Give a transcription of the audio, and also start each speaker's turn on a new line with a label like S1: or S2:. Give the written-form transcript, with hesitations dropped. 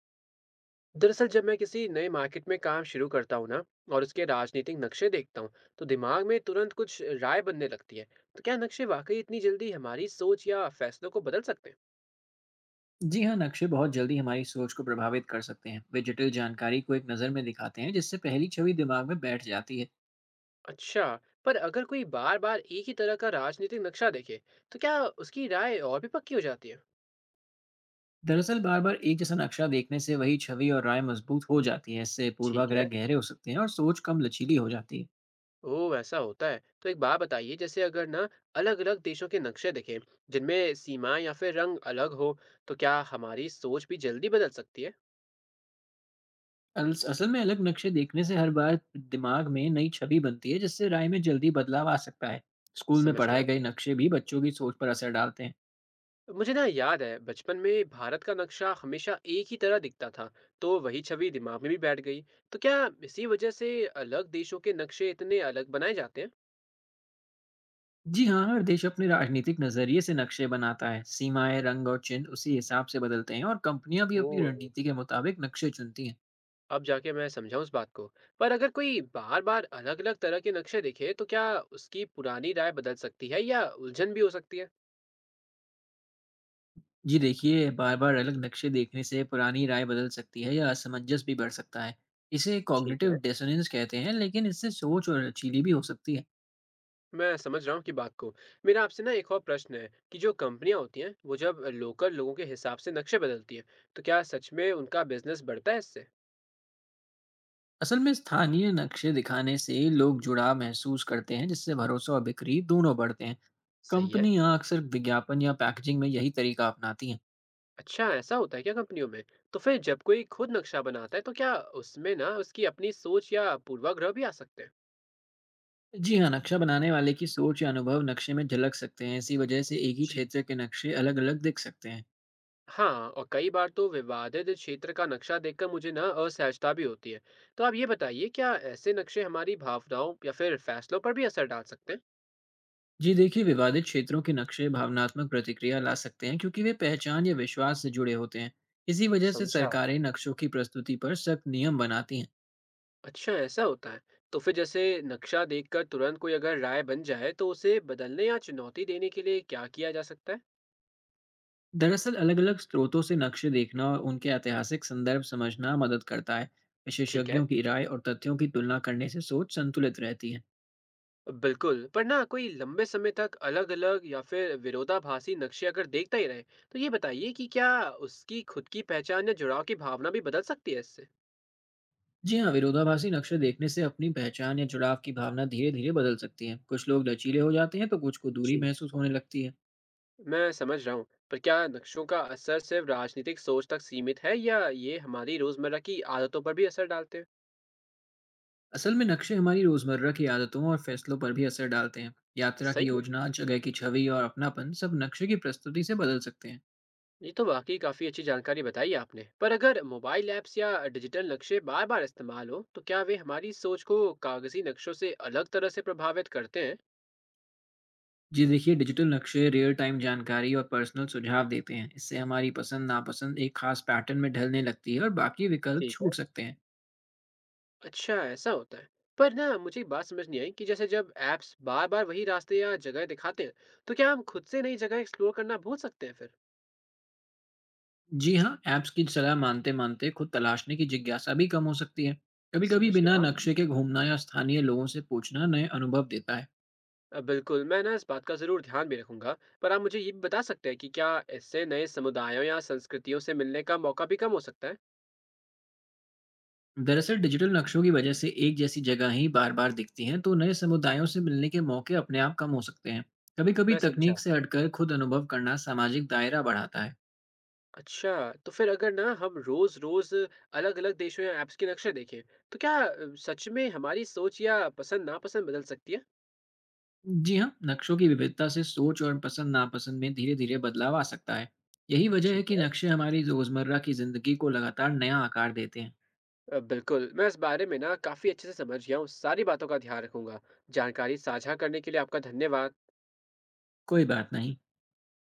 S1: दरअसल जब मैं किसी नए मार्केट में काम शुरू करता हूँ ना, और उसके राजनीतिक नक्शे देखता हूँ, तो दिमाग में तुरंत कुछ राय बनने लगती है। तो क्या नक्शे वाकई इतनी जल्दी हमारी सोच या फैसलों को बदल सकते हैं?
S2: जी हाँ। नक्शे बहुत जल्दी हमारी सोच को प्रभावित कर सकते हैं। वे जटिल जानकारी को एक नज़र में दिखाते हैं, जिससे पहली छवि दिमाग में बैठ जाती है।
S1: अच्छा। पर अगर कोई बार बार एक ही तरह का राजनीतिक नक्शा देखे, तो क्या उसकी राय और भी पक्की हो जाती है?
S2: दरअसल बार बार एक जैसा नक्शा देखने से वही छवि और राय मजबूत हो जाती है। इससे
S1: ठीक है।
S2: पूर्वाग्रह गहरे हो सकते हैं और सोच कम लचीली हो जाती है।
S1: ओ, ऐसा होता है? तो एक बात बताइए, जैसे अगर ना, अलग अलग देशों के नक्शे दिखें, जिनमें सीमाएं या फिर रंग अलग हो, तो क्या हमारी सोच भी जल्दी बदल सकती है?
S2: असल में अलग नक्शे देखने से हर बार दिमाग में नई छवि बनती है, जिससे राय में जल्दी बदलाव आ सकता है। स्कूल में
S1: समझ गया।
S2: पढ़ाए गए नक्शे भी बच्चों की सोच पर असर डालते हैं।
S1: मुझे ना याद है बचपन में भारत का नक्शा हमेशा एक ही तरह दिखता था, तो वही छवि दिमाग में भी बैठ गई। तो क्या इसी वजह से अलग देशों के नक्शे इतने अलग बनाए जाते हैं?
S2: जी हाँ, हर देश अपने राजनीतिक नजरिए से नक्शे बनाता है। सीमाएं, रंग और चिन्ह उसी हिसाब से बदलते हैं और कंपनियां भी
S1: ओ,
S2: अपनी रणनीति के मुताबिक नक्शे चुनती हैं।
S1: अब जाके मैं समझा उस बात को। पर अगर कोई बार बार अलग अलग तरह के नक्शे देखे, तो क्या उसकी पुरानी राय बदल सकती है या उलझन भी हो सकती है?
S2: जी देखिए, बार-बार अलग नक्शे देखने से पुरानी राय बदल सकती है या असमंजस भी बढ़ सकता है। इसे
S1: ठीक
S2: कॉग्निटिव
S1: है।
S2: डिसोनेंस कहते हैं, लेकिन इससे सोच और लचीली भी हो सकती है।
S1: मैं समझ रहा हूँ कि बात को। मेरा आपसे ना एक और प्रश्न है, कि जो कंपनियां होती हैं वो जब लोकल लोगों के हिसाब से नक्शे बदलती हैं, तो क्या सच में उनका बिजनेस बढ़ता है इससे?
S2: असल में स्थानीय नक्शे दिखाने से लोग जुड़ाव महसूस करते हैं, जिससे भरोसा और बिक्री दोनों बढ़ते हैं।
S1: सही है।
S2: कंपनियां अक्सर विज्ञापन या पैकेजिंग में यही तरीका अपनाती हैं।
S1: अच्छा, ऐसा होता है क्या कंपनियों में? तो फिर जब कोई खुद नक्शा बनाता है तो क्या उसमें ना उसकी अपनी सोच या पूर्वाग्रह भी आ सकते हैं?
S2: जी हाँ, नक्शा बनाने वाले की सोच या अनुभव नक्शे में झलक सकते हैं। इसी वजह से एक ही
S1: जी
S2: क्षेत्र के नक्शे अलग-अलग दिख सकते हैं।
S1: हाँ, और कई बार तो विवादित क्षेत्र का नक्शा देखकर मुझे ना असहजता भी होती है। तो आप ये बताइए क्या ऐसे नक्शे हमारी भावनाओं या फिर फैसलों पर भी असर डाल सकते हैं?
S2: जी देखिए, विवादित क्षेत्रों के नक्शे भावनात्मक प्रतिक्रिया ला सकते हैं, क्योंकि वे पहचान या विश्वास से जुड़े होते हैं। इसी वजह से
S1: समझा।
S2: सरकारें नक्शों की प्रस्तुति पर सख्त नियम बनाती हैं।
S1: अच्छा, ऐसा होता है। तो फिर जैसे नक्शा देखकर तुरंत कोई अगर राय बन जाए तो उसे बदलने या चुनौती देने के लिए क्या किया जा सकता है?
S2: दरअसल अलग-अलग स्रोतों से नक्शे देखना और उनके ऐतिहासिक संदर्भ समझना मदद करता है।
S1: ठीक है।
S2: विशेषज्ञों की राय और तथ्यों की तुलना करने से सोच संतुलित रहती है।
S1: बिल्कुल, पर ना कोई लंबे समय तक अलग-अलग या फिर विरोधाभासी नक्शे अगर देखता ही रहे, तो ये बताइए कि क्या उसकी खुद की पहचान या जुड़ाव की भावना भी बदल सकती है इससे?
S2: जी हाँ, विरोधाभासी नक्शे देखने से अपनी पहचान या जुड़ाव की भावना धीरे धीरे बदल सकती है। कुछ लोग लचीले हो जाते हैं तो कुछ को दूरी
S1: जी।
S2: महसूस होने लगती है।
S1: मैं समझ रहा हूँ, पर क्या नक्शों का असर सिर्फ राजनीतिक सोच तक सीमित है या ये हमारी रोजमर्रा की आदतों पर भी असर डालते हैं?
S2: असल में नक्शे हमारी रोजमर्रा की आदतों और फैसलों पर भी असर डालते हैं। यात्रा
S1: सही
S2: की
S1: है,
S2: योजना, जगह की छवि और अपनापन सब नक्शे की प्रस्तुति से बदल सकते हैं।
S1: ये तो वाकई काफी अच्छी जानकारी बताई आपने। पर अगर मोबाइल ऐप्स या डिजिटल नक्शे बार-बार इस्तेमाल हो, तो क्या वे हमारी सोच को कागजी नक्शों से अलग तरह से प्रभावित करते हैं?
S2: जी देखिए, डिजिटल नक्शे रियल टाइम जानकारी और पर्सनल सुझाव देते हैं। इससे हमारी पसंद नापसंद एक खास पैटर्न में ढलने लगती है और बाकी विकल्प
S1: ठीक।
S2: छूट सकते हैं।
S1: अच्छा, ऐसा होता है। पर ना मुझे एक बात समझ नहीं आई, कि जैसे जब ऐप्स बार बार वही रास्ते या जगह दिखाते हैं, तो क्या हम खुद से नई जगह एक्सप्लोर करना भूल सकते हैं फिर?
S2: जी हाँ, ऐप्स की सलाह मानते-मानते खुद तलाशने की जिज्ञासा भी कम हो सकती है। कभी-कभी
S1: समझ
S2: बिना
S1: गया।
S2: नक्शे के घूमना या स्थानीय लोगों से पूछना नए अनुभव देता है।
S1: बिल्कुल, मैं ना इस बात का जरूर ध्यान भी रखूंगा। पर आप मुझे ये भी बता सकते हैं कि क्या इससे नए समुदायों या संस्कृतियों से मिलने का मौका भी कम हो सकता है?
S2: दरअसल डिजिटल नक्शों की वजह से एक जैसी जगह ही बार-बार दिखती हैं, तो नए समुदायों से मिलने के मौके अपने आप कम हो सकते हैं। कभी-कभी
S1: मैं समझा।
S2: तकनीक से हटकर खुद अनुभव करना सामाजिक दायरा बढ़ाता है।
S1: अच्छा, तो फिर अगर ना हम रोज रोज अलग अलग देशों या ऐप्स के नक्शे देखें, तो क्या सच में हमारी सोच या पसंद नापसंद बदल सकती है?
S2: जी हाँ, नक्शों की विविधता से सोच और पसंद-नापसंद में धीरे-धीरे बदलाव आ सकता है। यही वजह
S1: ठीक
S2: है कि
S1: है।
S2: नक्शे हमारी रोज़मर्रा की ज़िंदगी को लगातार नया आकार देते हैं।
S1: बिल्कुल, मैं इस बारे में ना काफ़ी अच्छे से समझ गया हूँ, सारी बातों का ध्यान रखूँगा। जानकारी साझा करने के लिए आपका धन्यवाद।
S2: कोई बात नहीं।